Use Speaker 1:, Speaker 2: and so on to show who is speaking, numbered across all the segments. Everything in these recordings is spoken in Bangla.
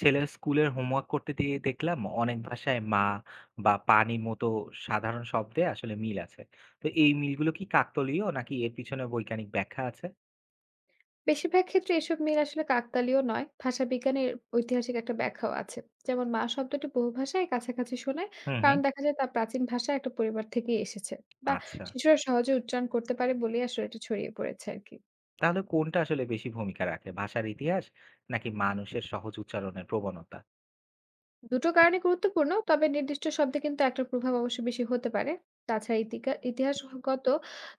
Speaker 1: ছেলের স্কুলের হোমওয়ার্ক করতে দিয়ে দেখলাম অনেক ভাষায় মা বা পানির মতো সাধারণ শব্দে আসলে মিল আছে। তো এই মিলগুলো কি কাকতালীয় নাকি এর পিছনে বৈজ্ঞানিক ব্যাখ্যা আছে?
Speaker 2: বেশিরভাগ ক্ষেত্রে এসব মিল আসলে কাকতালীয় নয়, ভাষাবিজ্ঞানের ঐতিহাসিক একটা ব্যাখ্যাও আছে। যেমন মা শব্দটি বহু ভাষায় কাছাকাছি শোনায়,
Speaker 1: হুম, হুম।
Speaker 2: কারণ দেখা যায় তা প্রাচীন ভাষায় একটা পরিবার থেকেই এসেছে। বা
Speaker 1: আচ্ছা,
Speaker 2: শিশুরা সহজে উচ্চারণ করতে পারে বলেই আসলে এটা ছড়িয়ে পড়েছে আরকি।
Speaker 1: তাহলে কোনটা আসলে বেশি ভূমিকা রাখে, ভাষার ইতিহাস নাকি মানুষের সহজ উচ্চারণের প্রবণতা?
Speaker 2: দুটো কারণে গুরুত্বপূর্ণ, তবে নির্দিষ্ট শব্দে কিন্তু একটার প্রভাব অবশ্য বেশি হতে পারে। তাছাড়া ইতিহাসগত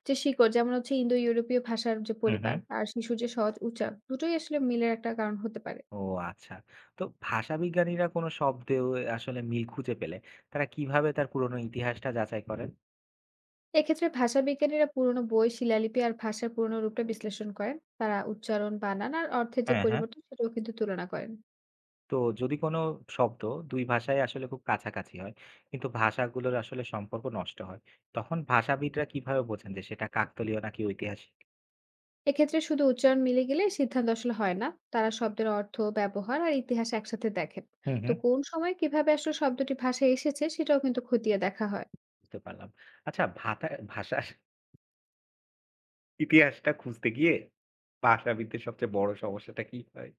Speaker 2: যে শিকড়, যেমন হচ্ছে ইন্দো ইউরোপীয় ভাষার যে
Speaker 1: হুম,
Speaker 2: পরিবার
Speaker 1: হুম।
Speaker 2: আর শিশুর যে সহজ উচ্চারণ, দুটোই আসলে মিলের একটা কারণ হতে পারে।
Speaker 1: ও আচ্ছা। তো ভাষাবিজ্ঞানীরা কোনো শব্দে আসলে মিল খুঁজে পেলে তারা কিভাবে তার পুরনো ইতিহাসটা যাচাই করেন?
Speaker 2: এক্ষেত্রে ভাষাবিজ্ঞানীরা পুরনো বই, শিলালিপি আর ভাষার পুরনো রূপটা বিশ্লেষণ করেন। তারা উচ্চারণ, বানান আর অর্থের যে
Speaker 1: হ্যাঁ, হ্যাঁ।
Speaker 2: পরিবর্তন সেটাও কিন্তু তুলনা করেন।
Speaker 1: তো যদি কোনো শব্দ ২ ভাষায় আসলে খুব কাছাকাছি হয়, কিন্তু ভাষাগুলোর আসলে সম্পর্ক নষ্ট হয়, তখন ভাষাবিদরা কিভাবে বোঝেন যে সেটা কাকতালীয় নাকি ঐতিহাসিক?
Speaker 2: এক্ষেত্রে শুধু উচ্চারণ মিলে গেলে সিদ্ধান্ত আসলে হয় না। তারা শব্দের অর্থ, ব্যবহার আর ইতিহাস একসাথে দেখেন।
Speaker 1: হুম,
Speaker 2: তো
Speaker 1: হুম।
Speaker 2: কোন সময় কিভাবে আসলে শব্দটি ভাষায় এসেছে সেটাও কিন্তু খতিয়ে দেখা হয়।
Speaker 1: বুঝতে পারলাম। আচ্ছা, ভাষার ইতিহাসটা খুঁজতে গিয়ে ভাষাবিদদের সবচেয়ে বড় সমস্যাটা কি হয়?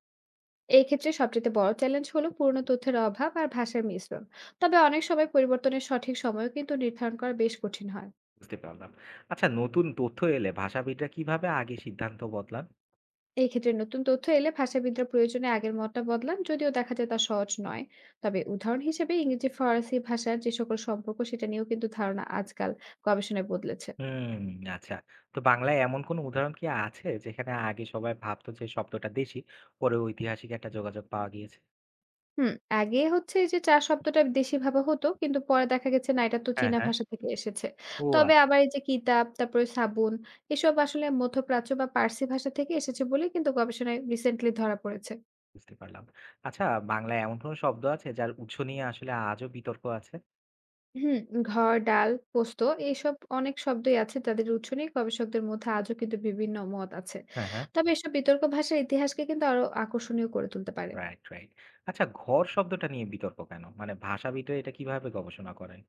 Speaker 2: এই ক্ষেত্রে সবচেয়ে বড় চ্যালেঞ্জ হলো পুরনো তথ্যের অভাব আর ভাষার মিশ্রণ। তবে অনেক সময় পরিবর্তনের সঠিক সময়ও কিন্তু নির্ধারণ করা বেশ কঠিন হয়।
Speaker 1: বুঝতে পারলাম। আচ্ছা, নতুন তথ্য এলে ভাষাবিদরা কিভাবে আগে সিদ্ধান্ত বদলান?
Speaker 2: এই ক্ষেত্রে নতুন তথ্য এলে ভাষাবিদরা প্রয়োজনে আগের মতটা বদলান যদিও দেখা যায় তা সহজ নয়। তবে উদাহরণ হিসেবে ইংরেজি ফরাসি ভাষার যে সকল সম্পর্ক সেটা নিয়েও কিন্তু ধারণা আজকাল গবেষণায় বদলেছে।
Speaker 1: হুম, আচ্ছা। তো বাংলায় এমন কোনো উদাহরণ কি আছে যেখানে আগে সবাই ভাবত যে শব্দটা দেশি, পরে ঐতিহাসিক একটা যোগাযোগ পাওয়া গিয়েছে?
Speaker 2: হুম। আগে হচ্ছে এই যে চা শব্দটা দেশি ভাবা হতো, কিন্তু পরে দেখা গেছে না এটা তো
Speaker 1: হ্যাঁ,
Speaker 2: চীনা
Speaker 1: হ্যাঁ।
Speaker 2: ভাষা থেকে এসেছে।
Speaker 1: ও
Speaker 2: তবে
Speaker 1: আচ্ছা।
Speaker 2: আবার এই যে কিতাব, তারপরে সাবুন, এসব আসলে মধ্যপ্রাচ্য বা পার্সি ভাষা থেকে এসেছে বলে কিন্তু গবেষণায় রিসেন্টলি ধরা পড়েছে।
Speaker 1: বুঝতে পারলাম। আচ্ছা, বাংলায় এমন কোন শব্দ আছে যার উৎস নিয়ে আসলে আজও বিতর্ক আছে?
Speaker 2: হুম, ঘর, ডাল, পোস্ত, এইসব অনেক শব্দই আছে যাদের উৎস নিয়ে গবেষকদের মধ্যে আজও কিন্তু বিভিন্ন মত আছে।
Speaker 1: হ্যাঁ, হ্যাঁ।
Speaker 2: তবে এসব বিতর্ক ভাষার ইতিহাসকে কিন্তু আরো আকর্ষণীয় করে তুলতে পারে।
Speaker 1: Right, right. আচ্ছা, ঘর শব্দটা নিয়ে বিতর্ক কেন? মানে ভাষাবিদরা এটা কিভাবে গবেষণা করেন?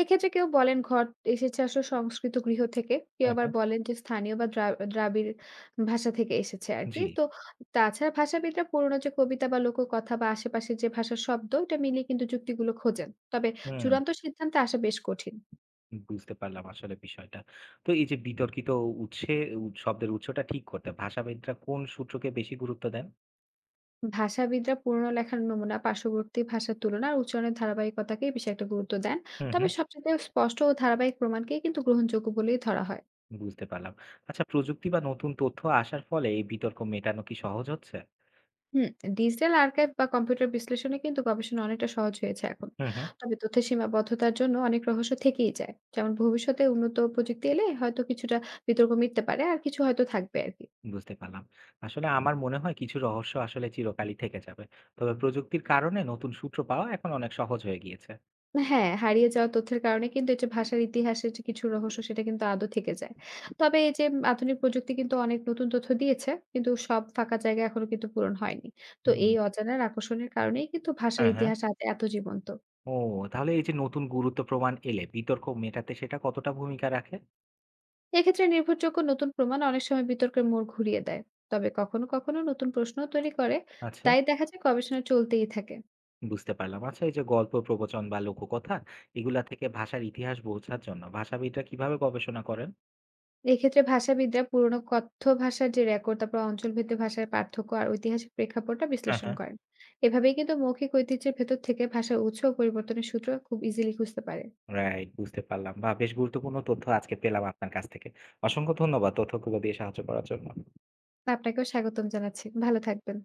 Speaker 2: এক্ষেত্রে কেউ বলেন ঘট এসেছে আসলে সংস্কৃত গৃহ থেকে, কেউ
Speaker 1: হ্যাঁ,
Speaker 2: আবার
Speaker 1: হ্যাঁ।
Speaker 2: বলেন যে স্থানীয় বা দ্রাবিড় ভাষা থেকে এসেছে আরকি।
Speaker 1: জি।
Speaker 2: তো তাছাড়া ভাষাবিদরা পুরোনো যে কবিতা বা লোককথা বা আশেপাশের যে ভাষার শব্দ এটা মিলিয়ে কিন্তু যুক্তিগুলো খোঁজেন। তবে
Speaker 1: হুম।
Speaker 2: চূড়ান্ত সিদ্ধান্তে আসা বেশ কঠিন।
Speaker 1: বুঝতে পারলাম আসলে বিষয়টা। তো এই যে বিতর্কিত উৎসে শব্দের উৎসটা ঠিক করতে ভাষাবিদরা কোন সূত্রকে বেশি গুরুত্ব দেন?
Speaker 2: ভাষাবিদরা পুরনো লেখার নমুনা, পার্শ্ববর্তী ভাষার তুলনা আর উচ্চারণের ধারাবাহিকতাকেই বেশি একটা গুরুত্ব দেন।
Speaker 1: হুম,
Speaker 2: তবে
Speaker 1: হুম।
Speaker 2: সবচেয়ে স্পষ্ট ও ধারাবাহিক প্রমাণকেই কিন্তু গ্রহণযোগ্য বলেই ধরা হয়।
Speaker 1: বুঝতে পারলাম। আচ্ছা, প্রযুক্তি বা নতুন তথ্য আসার ফলে এই বিতর্ক মেটানো কি সহজ হচ্ছে?
Speaker 2: হুম, ডিজিটাল আর্কাইভ বা কম্পিউটার বিশ্লেষণে কিন্তু গবেষণা অনেকটা সহজ হয়েছে এখন।
Speaker 1: হুম, হুম।
Speaker 2: তবে তথ্যের সীমাবদ্ধতার জন্য অনেক রহস্য থেকেই যায়। যেমন ভবিষ্যতে উন্নত প্রযুক্তি এলে হয়তো কিছুটা বিতর্ক মিটতে পারে আর কিছু হয়তো থাকবে আরকি।
Speaker 1: বুঝতে পারলাম। আসলে আমার মনে হয় কিছু রহস্য আসলে চিরকালই থেকে যাবে। তবে প্রযুক্তির কারণে নতুন সূত্র পাওয়া এখন অনেক সহজ হয়ে গিয়েছে।
Speaker 2: হ্যাঁ, হারিয়ে যাওয়া তথ্যের কারণে কিন্তু এই যে ভাষার ইতিহাসের যে কিছু রহস্য সেটা কিন্তু আদৌ থেকে যায়। তবে এই যে আধুনিক প্রযুক্তি কিন্তু অনেক নতুন তথ্য দিয়েছে, কিন্তু সব ফাঁকা জায়গা এখনো কিন্তু পূরণ হয়নি। তো
Speaker 1: হুম।
Speaker 2: এই অজানার আকর্ষণের কারণেই কিন্তু ভাষার
Speaker 1: হ্যাঁ, হ্যাঁ।
Speaker 2: ইতিহাস আজ এত জীবন্ত।
Speaker 1: ও, তাহলে এই যে নতুন গুরুত্ব প্রমাণ এলে বিতর্ক মেটাতে সেটা কতটা ভূমিকা রাখে?
Speaker 2: এক্ষেত্রে নির্ভরযোগ্য নতুন প্রমাণ অনেক সময় বিতর্কের মোড় ঘুরিয়ে দেয়। তবে কখনো নতুন প্রশ্নও তৈরি করে।
Speaker 1: আচ্ছা।
Speaker 2: তাই দেখা যায় গবেষণা চলতেই থাকে।
Speaker 1: বুঝতে পারলাম। আচ্ছা, এই যে গল্প, প্রবচন বা লোককথা, এগুলা থেকে ভাষার ইতিহাস বোঝার জন্য ভাষাবিদরা কিভাবে গবেষণা করেন?
Speaker 2: এক্ষেত্রে ভাষাবিদরা পুরনো কথ্য ভাষার যে রেকর্ড, তারপর অঞ্চলভেদে ভাষার পার্থক্য আর ঐতিহাসিক প্রেক্ষাপটটা
Speaker 1: হ্যাঁ,
Speaker 2: বিশ্লেষণ
Speaker 1: হ্যাঁ।
Speaker 2: করেন। এভাবেই কিন্তু মৌখিক ঐতিহ্যের ভেতর থেকে ভাষার উৎস ও পরিবর্তনের সূত্র খুব ইজিলি খুঁজতে পারে।
Speaker 1: রাইট, বুঝতে পারলাম। বাহ! বেশ গুরুত্বপূর্ণ তথ্য আজকে পেলাম আপনার কাছ থেকে। অসংখ্য ধন্যবাদ তথ্যগুলো দিয়ে সাহায্য করার জন্য।
Speaker 2: তো আপনাকেও স্বাগতম জানাচ্ছি। ভালো থাকবেন।